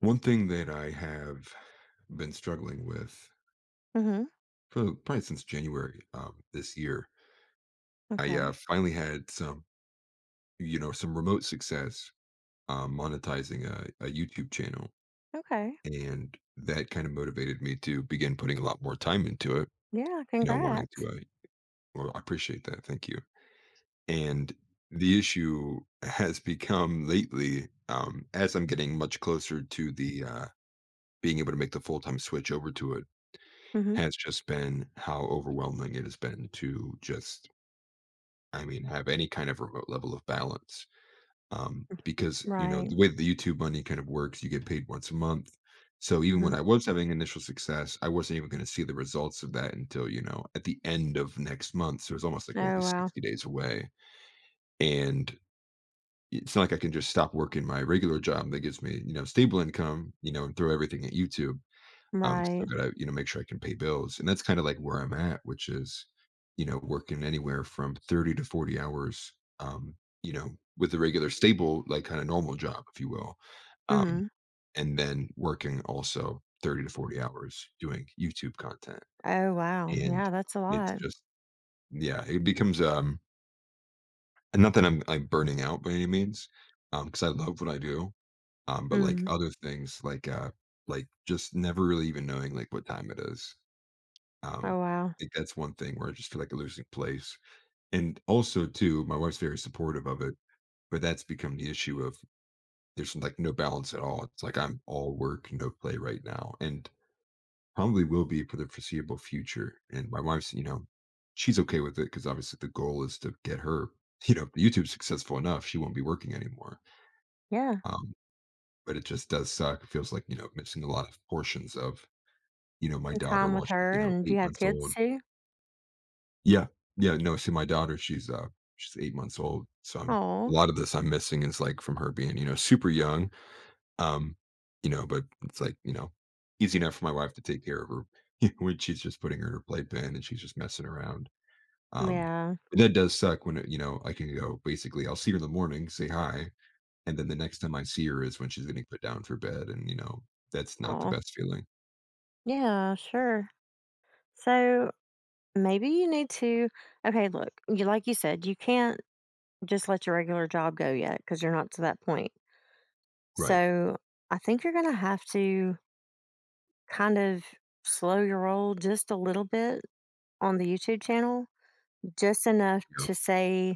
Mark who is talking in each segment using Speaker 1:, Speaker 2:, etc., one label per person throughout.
Speaker 1: One thing that I have been struggling with
Speaker 2: Mhm.
Speaker 1: for probably since January, this year, I
Speaker 2: Okay.
Speaker 1: finally had some remote success monetizing a YouTube channel,
Speaker 2: Okay.
Speaker 1: and that kind of motivated me to begin putting a lot more time into it.
Speaker 2: Yeah,
Speaker 1: You know, wanting
Speaker 2: congrats.
Speaker 1: to, well, I appreciate that, thank you. And the issue has become lately, as I'm getting much closer to the being able to make the full time switch over to it
Speaker 2: Mhm.
Speaker 1: has just been how overwhelming it has been to just, I mean, have any kind of remote level of balance. Because, you know,
Speaker 2: Right.
Speaker 1: the way that the YouTube money kind of works, you get paid once a month. So even when
Speaker 2: Mhm.
Speaker 1: I was having initial success, I wasn't even going to see the results of that until, you know, at the end of next month. So it's almost like going to
Speaker 2: Oh,
Speaker 1: be
Speaker 2: wow.
Speaker 1: 60 days away. And it's not like I can just stop working my regular job that gives me stable income, and throw everything at YouTube. I'm
Speaker 2: Right.
Speaker 1: still gotta, make sure I can pay bills, and that's kinda like where I'm at, which is working anywhere from 30 to 40 hours, um, you know, with a regular stable, like, kinda normal job, if you will, um,
Speaker 2: Mhm.
Speaker 1: and then working also 30 to 40 hours doing YouTube content,
Speaker 2: Oh, wow.
Speaker 1: and
Speaker 2: Yeah, that's a
Speaker 1: it's
Speaker 2: lot.
Speaker 1: just yeah, it becomes, and not that I'm, like, burning out by any means, because I love what I do, but, like,
Speaker 2: Mhm.
Speaker 1: other things, like, just never really even knowing, like, what time it is. Um,
Speaker 2: Oh, wow.
Speaker 1: I think that's one thing where I just feel like a losing place. And also too, my wife's very supportive of it, but that's become the issue of there's like no balance at all. It's like I'm all work, no play right now, and probably will be for the foreseeable future. And my wife's, she's okay with it because obviously the goal is to get her, if YouTube's successful enough, she won't be working anymore.
Speaker 2: Yeah.
Speaker 1: Um, but it just does suck. It feels like, missing a lot of portions of, my
Speaker 2: And
Speaker 1: daughter
Speaker 2: time
Speaker 1: while
Speaker 2: with
Speaker 1: she's,
Speaker 2: her, and do you
Speaker 1: eight
Speaker 2: have
Speaker 1: months
Speaker 2: kids
Speaker 1: old.
Speaker 2: too?
Speaker 1: Yeah. Yeah, no, see, my daughter, she's 8 months old, so I'm a
Speaker 2: Oh.
Speaker 1: lot of this I'm missing is, like, from her being, super young, um, but it's, like, easy enough for my wife to take care of her when she's just putting her in her playpen and she's just messing around, um,
Speaker 2: Yeah.
Speaker 1: but that does suck when it I can go, basically I'll see her in the morning, say hi, and then the next time I see her is when she's getting put down for bed, and, that's not the
Speaker 2: Oh.
Speaker 1: best feeling.
Speaker 2: Yeah, sure. So, maybe you need to. Okay, look. You Like you said, you can't just let your regular job go yet because 'cause you're not to that point.
Speaker 1: Right.
Speaker 2: So, I think you're going to have to kind of slow your roll just a little bit on the YouTube channel, just enough
Speaker 1: Yeah.
Speaker 2: to say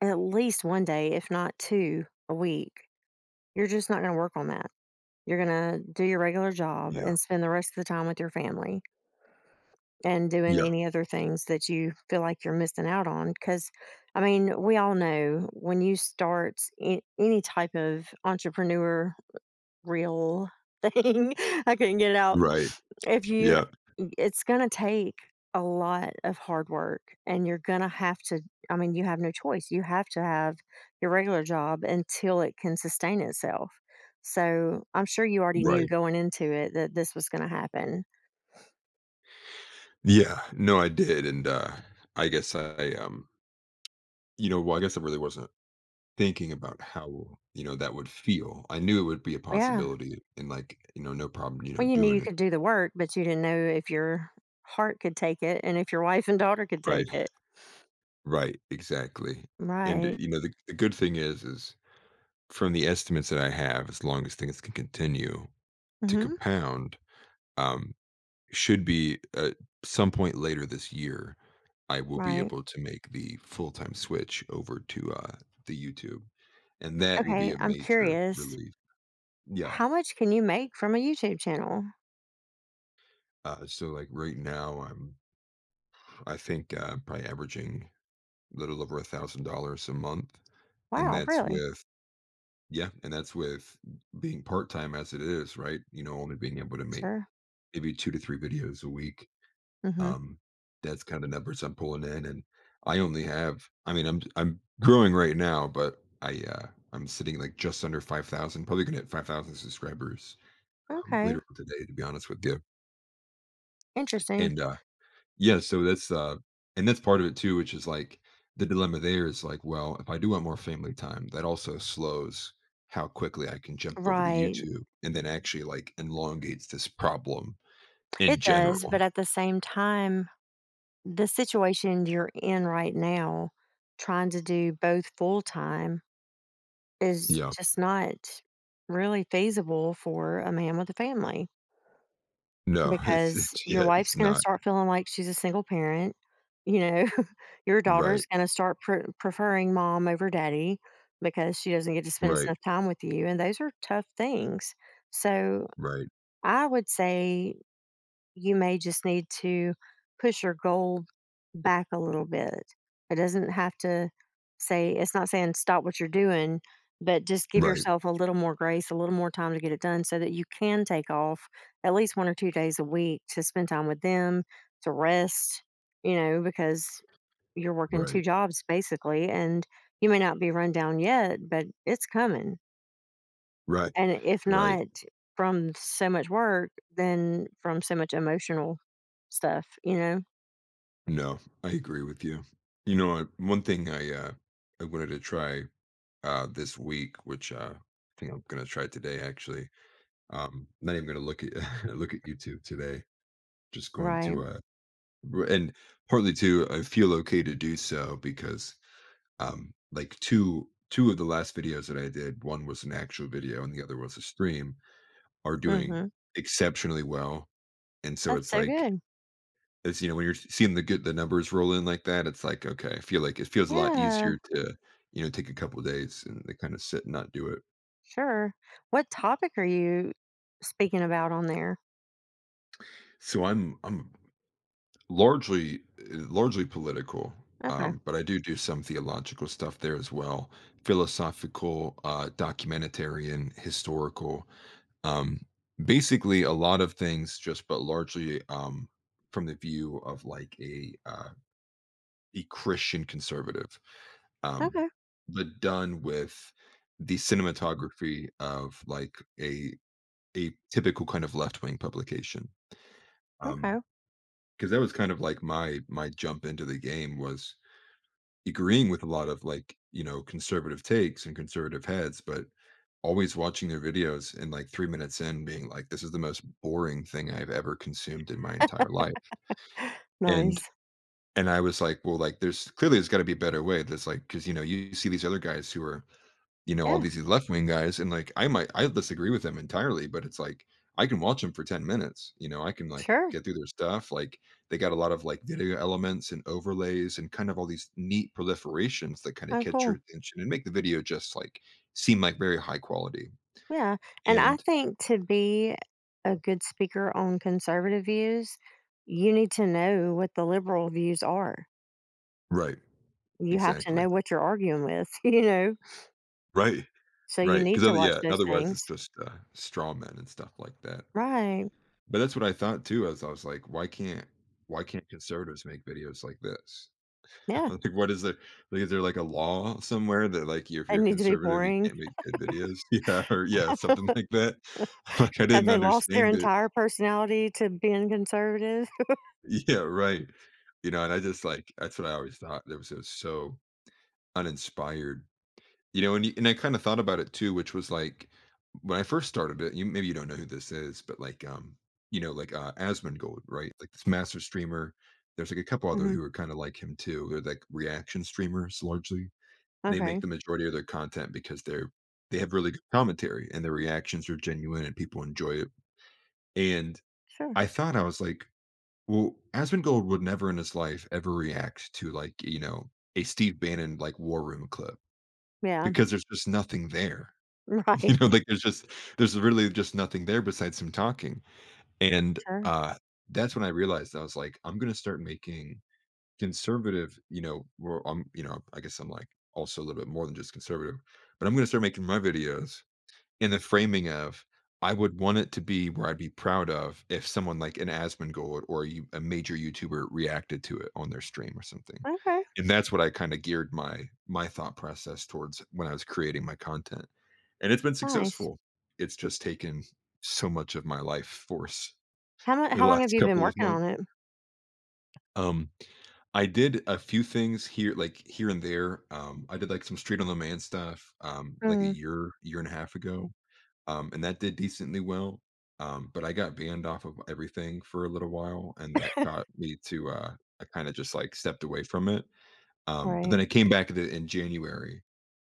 Speaker 2: at least 1 day, if not two a week, you're just not going to work on that. You're going to do your regular job
Speaker 1: Yeah.
Speaker 2: and spend the rest of the time with your family and doing
Speaker 1: Yeah.
Speaker 2: any other things that you feel like you're missing out on. Because, I mean, we all know when you start any type of entrepreneur real thing, I couldn't get it out.
Speaker 1: Right.
Speaker 2: If you
Speaker 1: Yeah.
Speaker 2: It's gonna take a lot of hard work, and you're gonna have to, I mean, you have no choice. You have to have your regular job until it can sustain itself. So, I'm sure you already knew
Speaker 1: Right.
Speaker 2: going into it that this was gonna happen.
Speaker 1: Yeah. No, I did, and, I guess I, um well, I guess I really wasn't thinking about how, that would feel. I knew it would be a
Speaker 2: Yeah.
Speaker 1: possibility and, like, no problem,
Speaker 2: Well, you knew you
Speaker 1: doing it.
Speaker 2: could do the work, but you didn't know if your heart could take it and if your wife and daughter could
Speaker 1: Right.
Speaker 2: take it.
Speaker 1: Right, exactly. And,
Speaker 2: Right.
Speaker 1: the good thing is from the estimates that I have, as long as things can continue to
Speaker 2: Mhm.
Speaker 1: compound, um, should be at some point later this year, I will be
Speaker 2: Right.
Speaker 1: able to make the full-time switch over to, the YouTube, and that will be
Speaker 2: Okay,
Speaker 1: a
Speaker 2: I'm
Speaker 1: major
Speaker 2: curious,
Speaker 1: relief. Yeah,
Speaker 2: how much can you make from a YouTube channel?
Speaker 1: so, like, right now, I think, probably averaging a little over $1,000 a month, and
Speaker 2: Wow,
Speaker 1: that's
Speaker 2: really?
Speaker 1: with yeah, and that's with being part-time as it is, right? You know, only being able to make
Speaker 2: Sure.
Speaker 1: maybe 2 to 3 videos a week.
Speaker 2: Mhm.
Speaker 1: Um, that's kinda numbers I'm pulling in, and I only have I mean, I'm growing right now, but I'm sitting, like, just under 5,000, probably gonna hit 5,000 subscribers,
Speaker 2: Okay,
Speaker 1: later on today, to be honest with you.
Speaker 2: interesting.
Speaker 1: And, yeah, so and that's part of it too, which is, like, the dilemma there is, like, well, if I do want more family time, that also slows how quickly I can jump over to
Speaker 2: Right.
Speaker 1: YouTube and then actually, like, elongates this problem in
Speaker 2: It does.
Speaker 1: general.
Speaker 2: But at the same time, the situation you're in right now, trying to do both full time, is
Speaker 1: Yeah.
Speaker 2: just not really feasible for a man with a family,
Speaker 1: No,
Speaker 2: because
Speaker 1: it's
Speaker 2: your
Speaker 1: yeah,
Speaker 2: wife's
Speaker 1: it's
Speaker 2: going to
Speaker 1: not.
Speaker 2: start feeling like she's a single parent. You know, your daughter's
Speaker 1: Right.
Speaker 2: going to start preferring mom over daddy because she doesn't get to spend
Speaker 1: Right,
Speaker 2: enough time with you. And those are tough things. So
Speaker 1: right,
Speaker 2: I would say you may just need to push your goal back a little bit. It doesn't have to say, it's not saying stop what you're doing, but just give
Speaker 1: right,
Speaker 2: yourself a little more grace, a little more time to get it done so that you can take off at least 1 or 2 days a week to spend time with them, to rest, you know, because you're working two
Speaker 1: right,
Speaker 2: jobs basically. And you may not be run down yet, but it's coming.
Speaker 1: right,
Speaker 2: And if
Speaker 1: right.
Speaker 2: not from so much work, then from so much emotional stuff, you know?
Speaker 1: No, I agree with you. You know what? One thing I wanted to try this week, which I think I'm gonna try today. Actually, not even gonna look at look at YouTube today. Just going
Speaker 2: Right.
Speaker 1: to and partly too, I feel okay to do so because like two of the last videos that I did, one was an actual video and the other was a stream, are doing
Speaker 2: Mhm.
Speaker 1: exceptionally well. And so
Speaker 2: That's
Speaker 1: it's
Speaker 2: so
Speaker 1: like
Speaker 2: good.
Speaker 1: It's, you know, when you're seeing the numbers roll in like that, it's like, okay, I feel like it feels a lot
Speaker 2: Yeah.
Speaker 1: easier to, take a couple days and to kind of sit and not do it.
Speaker 2: Sure. What topic are you speaking about on there?
Speaker 1: So I'm largely largely political,
Speaker 2: Okay.
Speaker 1: but I do do some theological stuff there as well, philosophical, documentarian, historical, um, basically a lot of things, just but largely from the view of like a Christian conservative. Um,
Speaker 2: Okay.
Speaker 1: but done with the cinematography of like a typical kind of left wing publication. Um,
Speaker 2: Okay.
Speaker 1: because that was kind of like my jump into the game was agreeing with a lot of like, conservative takes and conservative heads, but always watching their videos and like 3 minutes in being like, this is the most boring thing I've ever consumed in my entire life. And
Speaker 2: Nice.
Speaker 1: and I was like, well, like there's got to be a better way. That's like, cause you see these other guys who are all
Speaker 2: Yeah.
Speaker 1: these left wing guys, and like I disagree with them entirely, but it's like I can watch them for 10 minutes. I can like
Speaker 2: Sure.
Speaker 1: get through their stuff. Like they got a lot of like video elements and overlays and kind of all these neat proliferations that kind of
Speaker 2: Oh,
Speaker 1: catch
Speaker 2: cool.
Speaker 1: your attention and make the video just like seem like very high quality.
Speaker 2: Yeah. And I
Speaker 1: And
Speaker 2: think to be a good speaker on conservative views, you need to know what the liberal views are.
Speaker 1: right,
Speaker 2: You have to
Speaker 1: exactly.
Speaker 2: know what you're arguing with, you know?
Speaker 1: Right,
Speaker 2: So you
Speaker 1: right. Because
Speaker 2: need to
Speaker 1: other
Speaker 2: watch
Speaker 1: yeah,
Speaker 2: those
Speaker 1: otherwise it's
Speaker 2: things.
Speaker 1: just straw men and stuff like that.
Speaker 2: Right.
Speaker 1: But that's what I thought too, as I was like, why can't conservatives make videos like this?
Speaker 2: Yeah.
Speaker 1: Like, what is there? Like, is there, like, a law somewhere that, like, if
Speaker 2: They
Speaker 1: you're
Speaker 2: need to be
Speaker 1: conservative, you
Speaker 2: boring.
Speaker 1: can't make good videos? Yeah, something like that. Like, I
Speaker 2: Have
Speaker 1: didn't
Speaker 2: they lost their
Speaker 1: understand it.
Speaker 2: entire personality to being conservative?
Speaker 1: Yeah, right. And I just, like that's what I always thought. It was so uninspired. And you and I kinda thought about it too, which was, like, when I first started it, you maybe you don't know who this is, but, like, like, Asmongold, right? Like, this master streamer. There's, like, a couple other
Speaker 2: Mhm.
Speaker 1: who are kinda like him too. They're, like, reaction streamers largely. They make
Speaker 2: Okay.
Speaker 1: the majority of their content because they have really good commentary and their reactions are genuine and people enjoy it. And
Speaker 2: Sure.
Speaker 1: I was like, well, Asmongold would never in his life ever react to like, a Steve Bannon like war room clip
Speaker 2: Yeah.
Speaker 1: because there's just nothing there.
Speaker 2: Right.
Speaker 1: Like there's really just nothing there besides some talking. And
Speaker 2: Sure.
Speaker 1: that's when I realized I was like, I'm gonna start making conservative, where I guess I'm, like, also a little bit more than just conservative, but I'm gonna start making my videos in the framing of, I would want it to be where I'd be proud of if someone like an Asmongold or a major YouTuber reacted to it on their stream or something,
Speaker 2: Okay.
Speaker 1: and that's what I kinda geared my thought process towards when I was creating my content, and it's been
Speaker 2: Nice.
Speaker 1: successful. It's just taken so much of my life force
Speaker 2: How much?
Speaker 1: the
Speaker 2: How long have
Speaker 1: last
Speaker 2: you been
Speaker 1: couple of
Speaker 2: working on
Speaker 1: months.
Speaker 2: it?
Speaker 1: Um, I did a few things here, like here and there. I did like some Street on the Man stuff, like a
Speaker 2: Mm,
Speaker 1: year, year and a half ago, and that did decently well. But I got banned off of everything for a little while, and that got me to I kind of just like stepped away from it. But
Speaker 2: right.
Speaker 1: then I came back to, in January,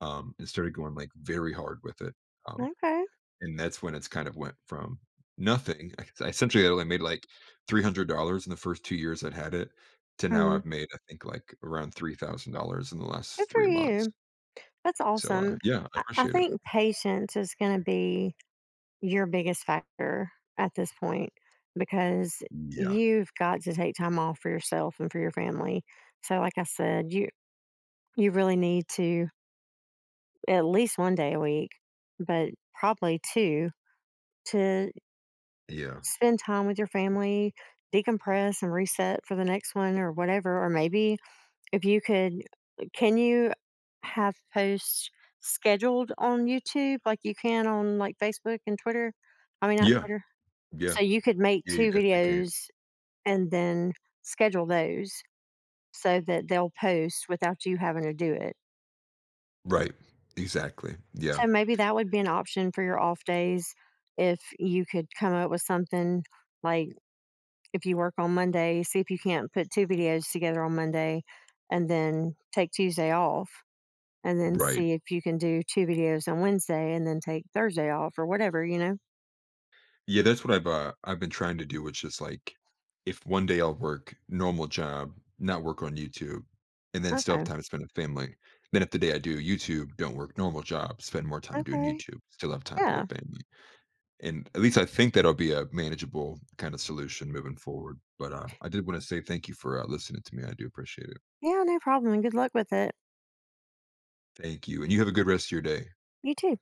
Speaker 1: and started going like very hard with it. um,
Speaker 2: Okay.
Speaker 1: and that's when it's kind of went from nothing. I essentially only made, like, $300 in the first 2 years I'd had it to now
Speaker 2: Mm,
Speaker 1: I've made, I think, like, around $3,000 in the
Speaker 2: good
Speaker 1: last
Speaker 2: for
Speaker 1: 3 months.
Speaker 2: you. That's
Speaker 1: So,
Speaker 2: awesome.
Speaker 1: yeah, I
Speaker 2: I
Speaker 1: appreciate it.
Speaker 2: think patience is going to be your biggest factor at this point because
Speaker 1: Yeah,
Speaker 2: you've got to take time off for yourself and for your family. So like I said, you really need to at least 1 day a week, but probably two, to
Speaker 1: yeah.
Speaker 2: spend time with your family, decompress and reset for the next one or whatever, or maybe if you could, can you have posts scheduled on YouTube like you can on like Facebook and Twitter? I mean not
Speaker 1: Yeah,
Speaker 2: Twitter.
Speaker 1: yeah.
Speaker 2: So you could make
Speaker 1: Yeah, you
Speaker 2: 2
Speaker 1: definitely can.
Speaker 2: videos and then schedule those so that they'll post without you having to do it.
Speaker 1: Right. Exactly. Yeah.
Speaker 2: So maybe that would be an option for your off days if you could come up with something like, if you work on Monday, see if you can't put 2 videos together on Monday and then take Tuesday off, and then
Speaker 1: Right.
Speaker 2: see if you can do 2 videos on Wednesday and then take Thursday off or whatever, you know?
Speaker 1: Yeah, that's what I've been trying to do, which is like if one day I'll work normal job, not work on YouTube, and then still have
Speaker 2: Okay.
Speaker 1: time to spend with family. Then if the day I do YouTube, don't work normal job, spend more time doing
Speaker 2: Okay.
Speaker 1: YouTube, still have time for the
Speaker 2: Yeah.
Speaker 1: family. And at least I think that'll be a manageable kind of solution moving forward. But I did want to say thank you for listening to me. I do appreciate it.
Speaker 2: Yeah, no problem, and good luck with it.
Speaker 1: Thank you. And you have a good rest of your day.
Speaker 2: You too.